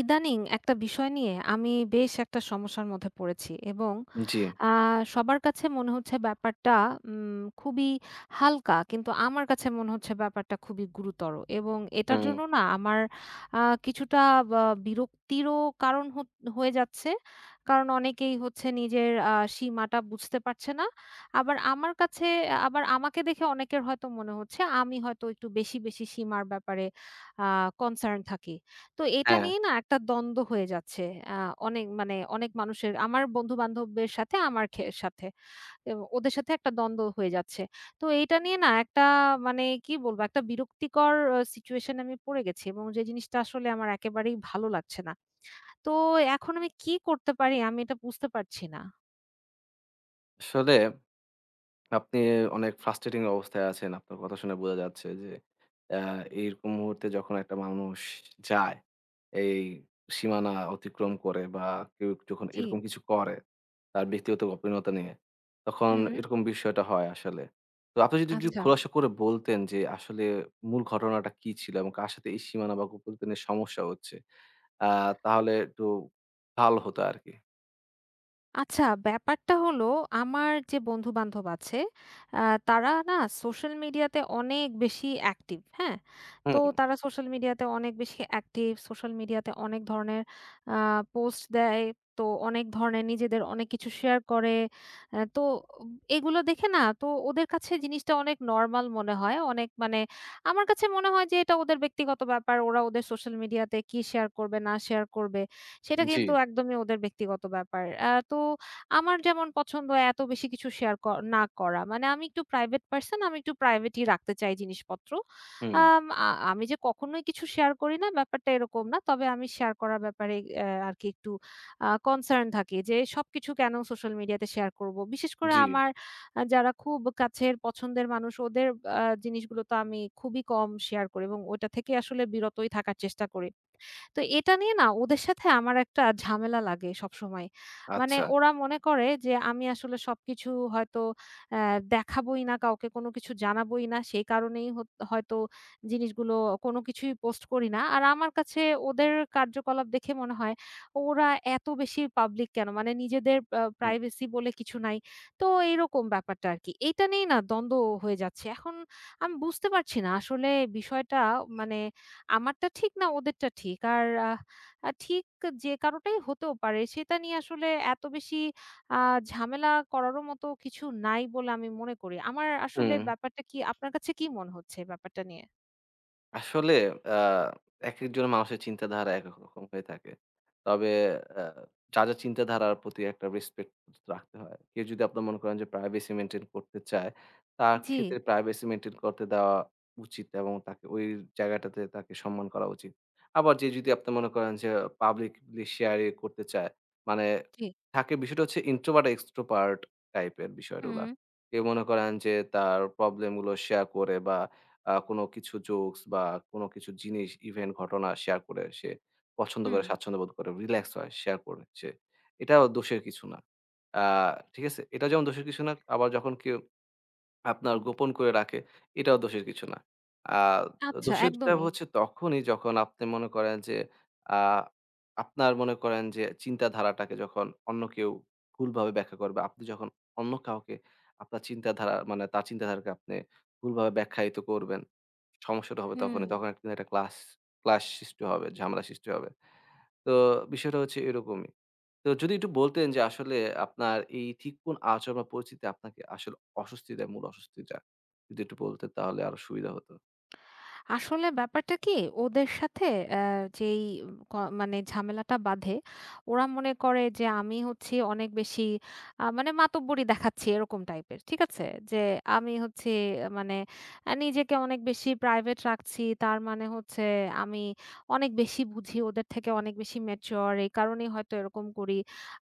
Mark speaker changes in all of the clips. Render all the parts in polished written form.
Speaker 1: ইদানিং একটা বিষয় নিয়ে আমি বেশ একটা সমস্যার মধ্যে পড়েছি এবং
Speaker 2: জি,
Speaker 1: আ সবার কাছে মনে হচ্ছে ব্যাপারটা খুবই হালকা। কিন্তু আমার কাছে মনে হচ্ছে ব্যাপারটা খুবই গুরুতর এবং এটার
Speaker 2: হুম,
Speaker 1: জন্য না আমার আ কিছুটা বা বিরক্তিরও কারণ হয়ে যাচ্ছে। কারণ অনেকেই হচ্ছে নিজের সীমাটা বুঝতে পারছে না। আবার আমার কাছে আবার আমাকে দেখে অনেকের হয়তো মনে হচ্ছে আমি হয়তো একটু বেশি, বেশি সীমার ব্যাপারে আ কনসার্ন থাকি। তো এটা
Speaker 2: হ্যাঁ।
Speaker 1: নিয়ে না একটা দ্বন্দ্ব হয়ে যাচ্ছে। আ অনেক মানে অনেক মানুষের আমার বন্ধু-বান্ধবের সাথে। আমার খে সাথে। এ ওদের সাথে একটা দ্বন্দ্ব হয়ে যাচ্ছে। তো এইটা নিয়ে না একটা মানে কি বলবো একটা বিরক্তিকর সিচুয়েশন আমি পড়ে গেছি এবং যে জিনিসটা আসলে আমার একেবারেই ভালো লাগছে না। তো এখন আমি কি করতে পারি আমি এটা বুঝতে পারছি না।
Speaker 2: আসলে আপনি অনেক ফ্রাস্ট্রেটিং অবস্থায় আছেন। আপনার কথা শুনে বোঝা যাচ্ছে যে অ্যা এইরকম মুহূর্তে যখন একটা মানুষ যায়, এই সীমানা অতিক্রম করে বা কেউ যখন
Speaker 1: জি।
Speaker 2: এরকম কিছু করে, তার ব্যক্তিগত গোপনীয়তা নিয়ে, তখন
Speaker 1: হু, হু।
Speaker 2: এরকম বিষয়টা হয় আসলে। তো আপনি যদি একটু
Speaker 1: আচ্ছা।
Speaker 2: খোলাসা করে বলতেন যে আসলে মূল ঘটনাটা কি ছিল এবং কার সাথে এই সীমানা বা গোপনীয়তা নিয়ে সমস্যা হচ্ছে, আ তাহলে একটু ভালো হতো আরকি।
Speaker 1: আচ্ছা, ব্যাপারটা হলো আমার যে বন্ধু-বান্ধব আছে, আ তারা না সোশ্যাল মিডিয়াতে অনেক বেশি অ্যাক্টিভ, হ্যাঁ? তো
Speaker 2: হুম,
Speaker 1: তারা সোশ্যাল মিডিয়াতে অনেক বেশি অ্যাক্টিভ, সোশ্যাল মিডিয়াতে অনেক ধরনের আ পোস্ট দেয়। তো অনেক ধরনের নিজেদের অনেক কিছু শেয়ার করে। তো এগুলো দেখে না তো ওদের কাছে জিনিসটা অনেক নরমাল মনে হয়। অনেক মানে আমার কাছে মনে হয় যে এটা ওদের ব্যক্তিগত ব্যাপার। ওরা ওদের সোশ্যাল মিডিয়াতে কি শেয়ার করবে, না শেয়ার করবে। সেটা
Speaker 2: জি,
Speaker 1: কিন্তু একদমই ওদের ব্যক্তিগত ব্যাপার। তো আমার যেমন পছন্দ এত বেশি কিছু শেয়ার না করা। মানে আমি একটু প্রাইভেট পারসন, আমি একটু প্রাইভেটই রাখতে চাই জিনিসপত্র।
Speaker 2: হুম।
Speaker 1: আম আ আমি যে কখনোই কিছু শেয়ার করি না ব্যাপারটা এরকম না। তবে আমি শেয়ার করার ব্যাপারে আরকি একটু কনসার্ন থাকি যে সবকিছু কেন সোশ্যাল মিডিয়াতে শেয়ার করব। বিশেষ করে
Speaker 2: জি,
Speaker 1: আমার যারা খুব কাছের পছন্দের মানুষ ওদের জিনিসগুলো তো আমি খুবই কম শেয়ার করি এবং ওটা থেকে আসলে বিরতই থাকার চেষ্টা করি। তো এটা নিয়ে না ওদের সাথে আমার একটা ঝামেলা লাগে সবসময়। মানে
Speaker 2: আচ্ছা।
Speaker 1: ওরা মনে করে যে আমি আসলে সবকিছু হয়তো অ্যা দেখাবোই না, কাউকে কোনো কিছু জানাবোই না। সেই কারণেই হয়তো জিনিসগুলো কোনো কিছুই পোস্ট করি না। আর আমার কাছে ওদের কার্যকলাপ দেখে মনে হয় ওরা এত বেশি পাবলিক কেন? মানে নিজেদের
Speaker 2: হুম,
Speaker 1: প্রাইভেসি বলে কিছু নাই। তো এইরকম ব্যাপারটা আরকি। এটা নিয়েই না দ্বন্দ্ব হয়ে যাচ্ছে। এখন আমি বুঝতে পারছি না আসলে বিষয়টা মানে আমারটা ঠিক না ওদেরটা ঠিক। আর আহ আ ঠিক যে কারোটাই হতেও পারে সেটা নিয়ে আসলে এত বেশি আ ঝামেলা করারও মতো কিছু নাই বলে আমি মনে করি। আমার আসলে
Speaker 2: হুম।
Speaker 1: ব্যাপারটা কি আপনার কাছে কি মনে হচ্ছে ব্যাপারটা নিয়ে?
Speaker 2: আসলে আ একেকজন মানুষের চিন্তাধারা একেক রকম হয়ে থাকে। তবে আ যার, যার চিন্তাধারার প্রতি একটা রেসপেক্ট রাখতে হয়। কেউ যদি আপনার মনে করেন যে প্রাইভেসি মেইনটেইন করতে চায়, তার
Speaker 1: জি,
Speaker 2: ক্ষেত্রে প্রাইভেসি মেইনটেইন করতে দেওয়া উচিত এবং তাকে ওই জায়গাটাতে তাকে সম্মান করা উচিত। আবার যে যদি আপনি মনে করেন যে পাবলিকলি শেয়ার এ করতে চায়, মানে
Speaker 1: জি।
Speaker 2: থাকে বিষয়টা হচ্ছে ইন্ট্রোভার্ট এক্সট্রোভার্ট টাইপের বিষয়গুলা।
Speaker 1: হুম,
Speaker 2: কেউ মনে করেন যে তার প্রবলেম গুলো শেয়ার করে বা কোনো কিছু জোকস বা কোনো কিছু জিনিস, ইভেন্ট, ঘটনা শেয়ার করে সে পছন্দ
Speaker 1: হুম,
Speaker 2: করে, স্বাচ্ছন্দ্য বোধ করে, রিল্যাক্স হয়, শেয়ার করে সে। এটাও দোষের কিছু না। আ ঠিক আছে? এটা যেমন দোষের কিছু না, আবার যখন কেউ আপনার
Speaker 1: হুম।
Speaker 2: গোপন করে রাখে, এটাও দোষের কিছু না। আ হুম।
Speaker 1: আচ্ছা
Speaker 2: দোষেরটা
Speaker 1: একদমই।
Speaker 2: হচ্ছে তখনই যখন আপনি মনে করেন যে, আ আপনার মনে করেন যে চিন্তাধারাটাকে যখন অন্য কেউ ভুলভাবে ব্যাখ্যা করবে, আপনি যখন অন্য কাউকে আপনার চিন্তাধারা মানে তার চিন্তাধারাকে আপনি ভুলভাবে ব্যাখ্যায়িত করবেন, সমস্যাটা হবে
Speaker 1: হুম।
Speaker 2: তখনই। হুম। তখন একটা একটা ক্লাশ সৃষ্টি হবে, ঝামেলা সৃষ্টি হবে। তো বিষয়টা হচ্ছে এরকমই। তো যদি একটু বলতেন যে আসলে আপনার এই ঠিক কোন আচরণ বা পরিস্থিতি আপনাকে আসলে অস্বস্তি দেয়, মূল অস্বস্তিটা? যদি একটু বলতেন তাহলে আরো সুবিধা হতো।
Speaker 1: আসলে ব্যাপারটা কি ওদের সাথে আ যেই ক মানে ঝামেলাটা বাধে, ওরা মনে করে যে আমি হচ্ছি অনেক বেশি মানে মাতব্বরি দেখাচ্ছি এরকম টাইপের। ঠিক আছে? যে আমি হচ্ছি মানে নিজেকে অনেক বেশি প্রাইভেট রাখছি। তার মানে হচ্ছে আমি অনেক বেশি বুঝি, ওদের থেকে অনেক বেশি ম্যাচিউর এই কারণেই হয়তো এরকম করি।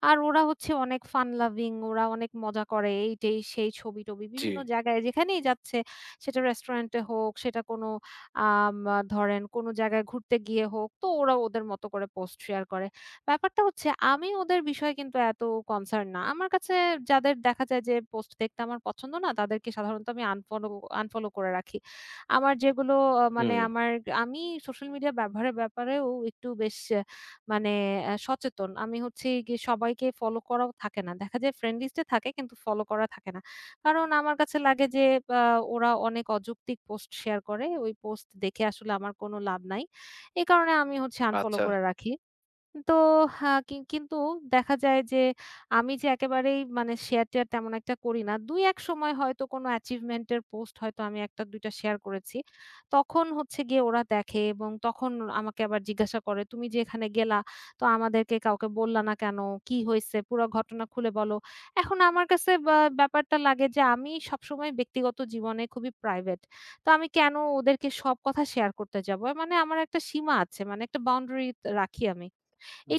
Speaker 1: আর ওরা হচ্ছে অনেক ফান লাভিং, ওরা অনেক মজা করে এই-টেই সেই ছবি-টবি
Speaker 2: জি।
Speaker 1: বিভিন্ন জায়গায় যেখানেই যাচ্ছে সেটা রেস্টুরেন্টে হোক, সেটা কোনো আম আ ধরেন কোনো জায়গায় ঘুরতে গিয়ে হোক, তো ওরা ওদের মতো করে পোস্ট শেয়ার করে। ব্যাপারটা হচ্ছে আমি ওদের বিষয়ে কিন্তু এত কনসার্ন না। আমার কাছে যাদের দেখা যায় যে পোস্ট দেখতে আমার পছন্দ না, তাদেরকে সাধারণত আমি আনফলো আনফলো করে রাখি। আমার যেগুলো মানে
Speaker 2: হুম,
Speaker 1: আমি সোশ্যাল মিডিয়া ব্যবহারের ব্যাপারেও একটু বেশ মানে সচেতন। আমি হচ্ছে গিয়ে সবাইকে ফলো করাও থাকে না। দেখা যায় ফ্রেন্ড লিস্ট এ থাকে কিন্তু ফলো করা থাকে না। কারণ আমার কাছে লাগে যে আ ওরা অনেক অযৌক্তিক পোস্ট শেয়ার করে। ওই পোস্ট দেখে আসলে আমার কোনো লাভ নাই। এই কারণে আমি হচ্ছে আনফলো
Speaker 2: আচ্ছা,
Speaker 1: করে রাখি। তো হ্যাঁ, কি কিন্তু দেখা যায় যে আমি যে একেবারেই মানে শেয়ার-টেয়ার তেমন একটা করি না। ২-১ সময় হয়তো কোনো achievement এর পোস্ট হয়তো আমি ১টা-২টা শেয়ার করেছি। তখন হচ্ছে গিয়ে ওরা দেখে এবং তখন আমাকে আবার জিজ্ঞাসা করে, "তুমি যে এখানে গেলা, তো আমাদেরকে কাউকে বললা না কেন? কি হইছে? পুরা ঘটনা খুলে বলো।" এখন আমার কাছে ব্যাপারটা লাগে যে আমি সবসময় ব্যক্তিগত জীবনে খুবই প্রাইভেট। তো আমি কেন ওদেরকে সব কথা শেয়ার করতে যাবো? মানে আমার একটা সীমা আছে, মানে একটা বাউন্ডারি রাখি আমি।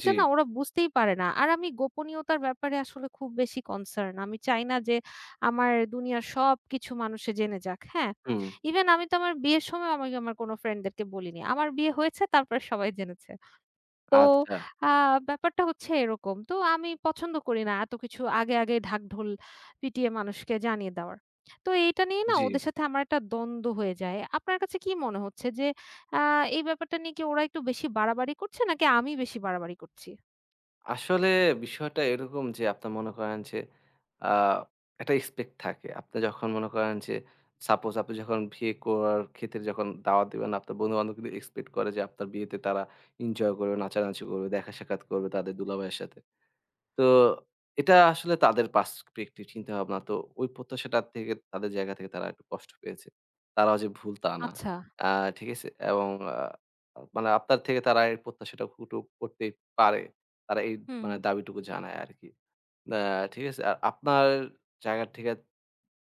Speaker 2: জি,
Speaker 1: না ওরা বুঝতেই পারে না। আর আমি গোপনীয়তার ব্যাপারে আসলে খুব বেশি কনসার্ন। আমি চাই না যে আমার দুনিয়ার সবকিছু মানুষে জেনে যাক। হ্যাঁ?
Speaker 2: হুম,
Speaker 1: ইভেন আমি তো আমার বিয়ের সময় আমি আমার কোন ফ্রেন্ডদেরকে বলিনি। আমার বিয়ে হয়েছে তারপরে সবাই জেনেছে। তো
Speaker 2: আচ্ছা,
Speaker 1: আ ব্যাপারটা হচ্ছে এরকম। তো আমি পছন্দ করি না এত কিছু আগে, আগে ঢাকঢোল পিটিয়ে মানুষকে জানিয়ে দেওয়ার। তো এইটা নিয়ে না
Speaker 2: জি।
Speaker 1: ওদের সাথে আমার একটা দ্বন্দ্ব হয়ে যায়। আপনার কাছে কি মনে হচ্ছে যে আ এই ব্যাপারটা নিয়ে কি ওরা একটু বেশি বাড়াবাড়ি করছে নাকি আমি বেশি বাড়াবাড়ি করছি?
Speaker 2: আসলে বিষয়টা এরকম যে আপনার মনে করেন যে আ একটা এক্সপেক্ট থাকে। আপনি যখন মনে করেন যে সাপোজ আপনি যখন বিয়ে করার ক্ষেত্রে যখন দাওয়াত দিবেন, আপনার বন্ধু-বান্ধব কিন্তু এক্সপেক্ট করে যে আপনার বিয়েতে তারা এনজয় করবে, নাচানাচি করবে, দেখা সাক্ষাৎ করবে তাদের দুলাভাইয়ের সাথে। তো এটা আসলে তাদের পার্সপেক্টিভ চিন্তাভাবনা। তো ওই প্রত্যাশাটা থেকে তাদের জায়গা থেকে তারা একটু কষ্ট পেয়েছে। তারাও যে ভুল তা না।
Speaker 1: আচ্ছা।
Speaker 2: আ ঠিক আছে? এবং মানে আপনার থেকে তারা এই প্রত্যাশাটা একটু করতেই পারে। তারা এই
Speaker 1: হুম,
Speaker 2: মানে
Speaker 1: হুম।
Speaker 2: দাবিটুকু জানায় আরকি। আ ঠিক আছে? আর আপনার জায়গা থেকে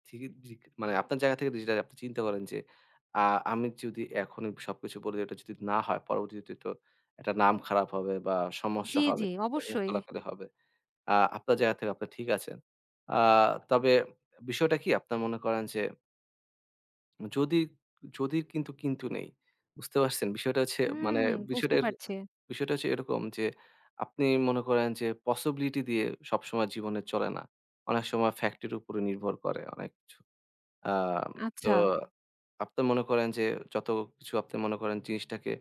Speaker 2: ঠিকই ঠিক মানে আপনার জায়গা থেকে যেটা আপনি চিন্তা করেন যে, আ আমি যদি এখনই সবকিছু বলি এটা যদি না হয় পরবর্তীতে তো একটা নাম খারাপ হবে বা সমস্যা
Speaker 1: জি,
Speaker 2: হবে,
Speaker 1: জি অবশ্যই।
Speaker 2: কলাকালি হবে। আ আপনার জায়গা থেকে আপনি ঠিক আছেন। আ তবে বিষয়টা কি আপনার মনে করেন যে যদি, যদি কিন্তু, কিন্তু নেই। বুঝতে পারছেন? বিষয়টা হচ্ছে মানে
Speaker 1: হুম, বুঝতে
Speaker 2: বিষয়টা এরক
Speaker 1: পারছি।
Speaker 2: বিষয়টা হচ্ছে এরকম যে আপনি মনে করেন যে পসিবিলিটি দিয়ে সবসময় জীবনে চলে না। অনেক সময় ফ্যাক্ট এর উপরে নির্ভর করে অনেক কিছু। আ তো
Speaker 1: আচ্ছা।
Speaker 2: আপনি মনে করেন যে যত কিছু আপনি মনে করেন জিনিসটাকে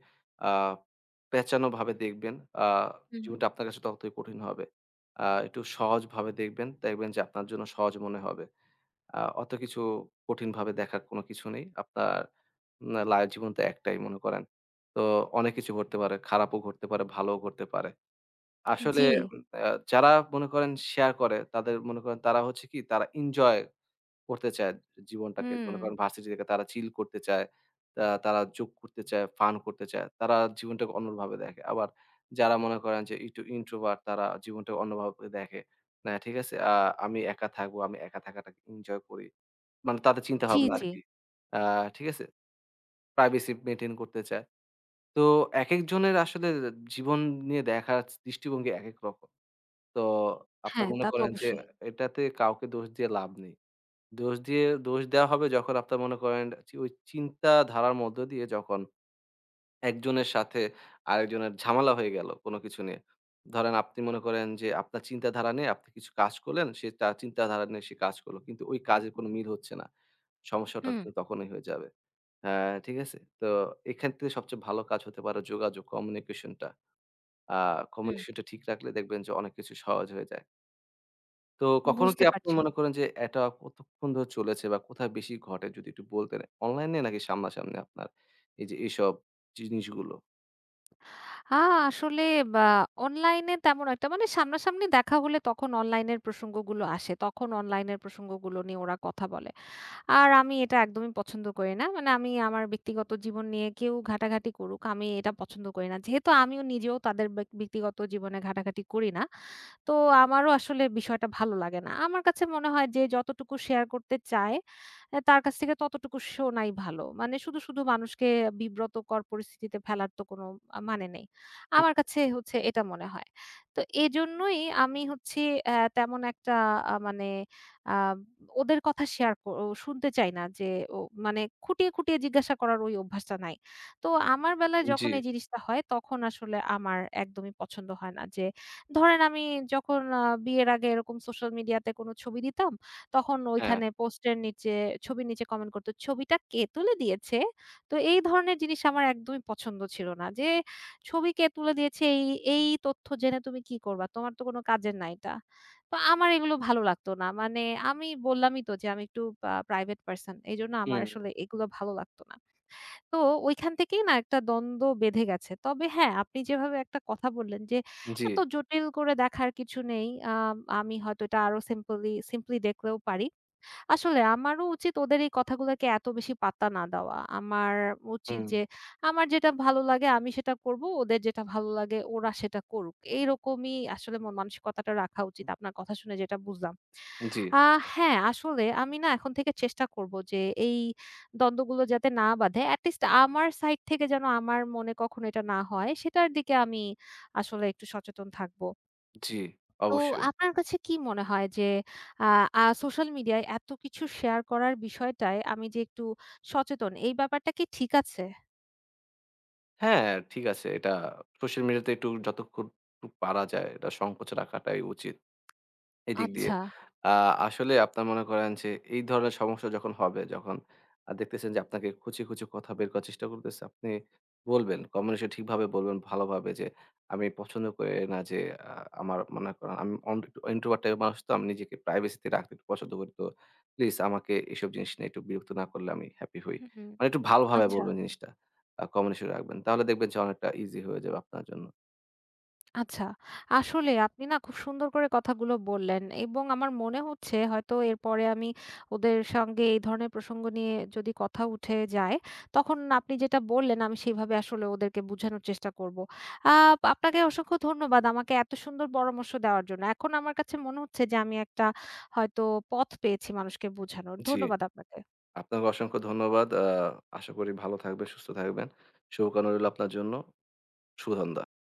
Speaker 2: আ পেঁচানোভাবে দেখবেন, আ
Speaker 1: হুম।
Speaker 2: জীবনটা আপনার কাছে ততই কঠিন হবে। একটু সহজভাবে দেখবেন, দেখবেন যে আপনার জন্য সহজ মনে হবে। অত কিছু কঠিনভাবে দেখার কোনো কিছু নেই। আপনার না লাই জীবন তো একটাই মনে করেন। তো অনেক কিছু ঘটতে পারে। খারাপও ঘটতে পারে, ভালোও ঘটতে পারে। আসলে
Speaker 1: জি।
Speaker 2: হুম। যারা মনে করেন শেয়ার করে তাদের মনে করেন তারা হচ্ছে কি তারা এনজয় করতে চায় জীবনটাকে।
Speaker 1: হুম।
Speaker 2: মনে করেন ভার্সিটি থেকে তারা চিল করতে চায়। তা তারা যোক করতে চায়, ফান করতে চায়। তারা জীবনটাকে অন্যভাবে দেখে। আবার যারা মনে করেন যে একটু ইন্ট্রোভার্ট তারা জীবনটাকে অন্যভাবে দেখে। না ঠিক আছে? আমি একা থাকবো, আমি একা থাকাটাকে এনজয় করি। মানে তাদের
Speaker 1: জি,
Speaker 2: চিন্তাভাবনা হুম।
Speaker 1: জি।
Speaker 2: আরকি। আ ঠিক আছে? প্রাইভেসি মেইনটেইন করতে চায়। তো একেক জনের আসলে জীবন নিয়ে দেখার দৃষ্টিভঙ্গি একেক রকম। তো আপনার
Speaker 1: হ্যাঁ,
Speaker 2: মনে
Speaker 1: তা তো
Speaker 2: করেন যে
Speaker 1: অবশ্যই।
Speaker 2: এটাতে কাউকে দোষ দিয়ে লাভ নেই। দোষ দিয়ে দোষ দেওয়া হবে যখন আপনার মনে করেন ওই চিন্তাধারার মধ্য দিয়ে যখন একজনের সাথে আরেকজনের ঝামেলা হয়ে গেল কোনো কিছু নিয়ে। ধরেন আপনি মনে করেন যে আপনার চিন্তাধারা নিয়ে আপনি কিছু কাজ করলেন, সে তার চিন্তাধারা নিয়ে সে কাজ করল। কিন্তু ওই কাজের কোনো মিল হচ্ছে না। সমস্যাটা
Speaker 1: হুম,
Speaker 2: কিন্তু তখনই হয়ে যাবে। হ্যাঁ, ঠিক আছে? তো এখান থেকে সবচেয়ে ভালো কাজ হতে পারে যোগাযোগ, কমিউনিকেশনটা। আ
Speaker 1: হুম।
Speaker 2: কমিউনিকেশনটা ঠিক রাখলে দেখবেন যে অনেক কিছু সহজ হয়ে যায়। তো হুম। কখনো কি
Speaker 1: বুঝতে
Speaker 2: আপনি
Speaker 1: পারছি।
Speaker 2: মনে করেন যে এটা কতক্ষণ ধরে চলেছে বা কোথায় বেশি ঘটে যদি একটু বলতেন? অনলাইনে নাকি সামনাসামনি আপনার এই যে এইসব জিনিসগুলো?
Speaker 1: আ আসলে বা অনলাইনে তেমন একটা মানে সামনাসামনি দেখা হলে তখন অনলাইনের প্রসঙ্গগুলো আসে। তখন অনলাইনের প্রসঙ্গগুলো নিয়ে ওরা কথা বলে। আর আমি এটা একদমই পছন্দ করি না। মানে আমি আমার ব্যক্তিগত জীবন নিয়ে কেউ ঘাটাঘাটি করুক, আমি এটা পছন্দ করি না। যেহেতু আমিও নিজেও তাদের ব্যক্তিগত জীবনে ঘাটাঘাটি করি না। তো আমারও আসলে বিষয়টা ভালো লাগে না। আমার কাছে মনে হয় যে যতটুকু শেয়ার করতে চায়, তার কাছ থেকে ততটুকু শোনাই ভালো। মানে শুধু, শুধু মানুষকে বিব্রতকর পরিস্থিতিতে ফেলার তো কোনো মানে নেই। আমার কাছে হচ্ছে এটা মনে হয়। তো এজন্যই আমি হচ্ছে তেমন একটা মানে আ ওদের কথা শেয়ার শুনতে চাই না যে ও মানে খুঁটিয়ে, খুঁটিয়ে জিজ্ঞাসা করার ওই অভ্যাসটা নাই। তো আমার বেলায়
Speaker 2: হুম,
Speaker 1: যখন
Speaker 2: জি,
Speaker 1: এই জিনিসটা হয় তখন আসলে আমার একদমই পছন্দ হয় না যে ধরেন আমি যখন বিয়ের আগে এরকম সোশ্যাল মিডিয়াতে কোনো ছবি দিতাম তখন
Speaker 2: হ্যাঁ,
Speaker 1: ওইখানে পোস্টের নিচে ছবির নিচে কমেন্ট করত, "ছবিটা কে তুলে দিয়েছে?" তো এই ধরনের জিনিস আমার একদমই পছন্দ ছিল না যে, "ছবি কে তুলে দিয়েছে এই, এই তথ্য জেনে তুমি কি করবা? তোমার তো কোনো কাজের না এটা।" তো আমার এগুলো ভালো লাগতো না। মানে আমি বললামই তো যে আমি একটু প্রাইভেট পারসন। এজন্য আমার
Speaker 2: হুম,
Speaker 1: আসলে এগুলো ভালো লাগতো না। তো ঐখান থেকেই না একটা দ্বন্দ্ব বেঁধে গেছে। তবে হ্যাঁ, আপনি যেভাবে একটা কথা বললেন যে
Speaker 2: জি,
Speaker 1: এত জটিল করে দেখার কিছু নেই। আমি হয়তো এটা আরো সিম্পলি সিম্পলি দেখলেও পারি। আসলে আমারও উচিত ওদের এই কথাগুলোকে এত বেশি পাত্তা না দেওয়া। আমার উচিত
Speaker 2: হুম,
Speaker 1: যে আমার যেটা ভালো লাগে আমি সেটা করব। ওদের যেটা ভালো লাগে ওরা সেটা করুক। এইরকমই আসলে মন মানসিকতাটা রাখা উচিত। আপনার কথা শুনে যেটা বুঝলাম।
Speaker 2: জি,
Speaker 1: আ হ্যাঁ, আসলে আমি না এখন থেকে চেষ্টা করব যে এই দ্বন্দ্বগুলো যাতে না বাধে। এটলিস্ট আমার সাইড থেকে যেন আমার মনে কখনো এটা না হয় সেটার দিকে আমি আসলে একটু সচেতন থাকব।
Speaker 2: জি,
Speaker 1: তো
Speaker 2: অবশ্যই।
Speaker 1: আপনার কাছে কি মনে হয় যে আ আ সোশ্যাল মিডিয়ায় এত কিছু শেয়ার করার বিষয়টায় আমি যে একটু সচেতন এই ব্যাপারটা কি ঠিক আছে?
Speaker 2: হ্যাঁ, ঠিক আছে। এটা সোশ্যাল মিডিয়াতে একটু যতক্ষণ টুক পারা যায় এটা সংকোচ রাখাটাই উচিত। এদিক দিয়ে।
Speaker 1: আচ্ছা।
Speaker 2: আ আসলে আপনার মনে করেন যে এই ধরনের সমস্যা যখন হবে, যখন দেখতেছেন যে আপনাকে খুঁচিয়ে, খুঁচিয়ে কথা বের করার চেষ্টা করতেছে, আপনি বলবেন, কমিউনিকেশন ঠিকভাবে বলবেন, ভালোভাবে যে আমি পছন্দ করি না যে আ আমার মনে করেন আমি ইন্ট্রোভার্ট টাইপের মানুষ তো আমি নিজেকে প্রাইভেসি তে রাখতে একটু পছন্দ করি। তো প্লিজ আমাকে এসব জিনিস নিয়ে একটু বিরক্ত না করলে আমি হ্যাপি হই।
Speaker 1: হুম, হুম।
Speaker 2: মানে একটু ভালোভাবে
Speaker 1: আচ্ছা।
Speaker 2: বলবেন জিনিসটা। কমিউনিকেশন রাখবেন। তাহলে দেখবেন যে অনেকটা ইজি হয়ে যাবে আপনার জন্য।
Speaker 1: আচ্ছা। আসলে আপনি না খুব সুন্দর করে কথাগুলো বললেন এবং আমার মনে হচ্ছে হয়তো এরপরে আমি ওদের সঙ্গে এই ধরনের প্রসঙ্গ নিয়ে যদি কথা উঠে যায়, তখন আপনি যেটা বললেন আমি সেভাবে আসলে ওদেরকে বুঝানোর চেষ্টা করব। আ আপনাকে অসংখ্য ধন্যবাদ আমাকে এত সুন্দর পরামর্শ দেওয়ার জন্য। এখন আমার কাছে মনে হচ্ছে যে আমি একটা হয়তো পথ পেয়েছি মানুষকে বোঝানোর।
Speaker 2: জি।
Speaker 1: ধন্যবাদ আপনাকে।
Speaker 2: আপনাকে অসংখ্য ধন্যবাদ। আশা করি ভালো থাকবেন, সুস্থ থাকবেন। শুভকামনা রইল আপনার জন্য। শুভ সন্ধ্যা।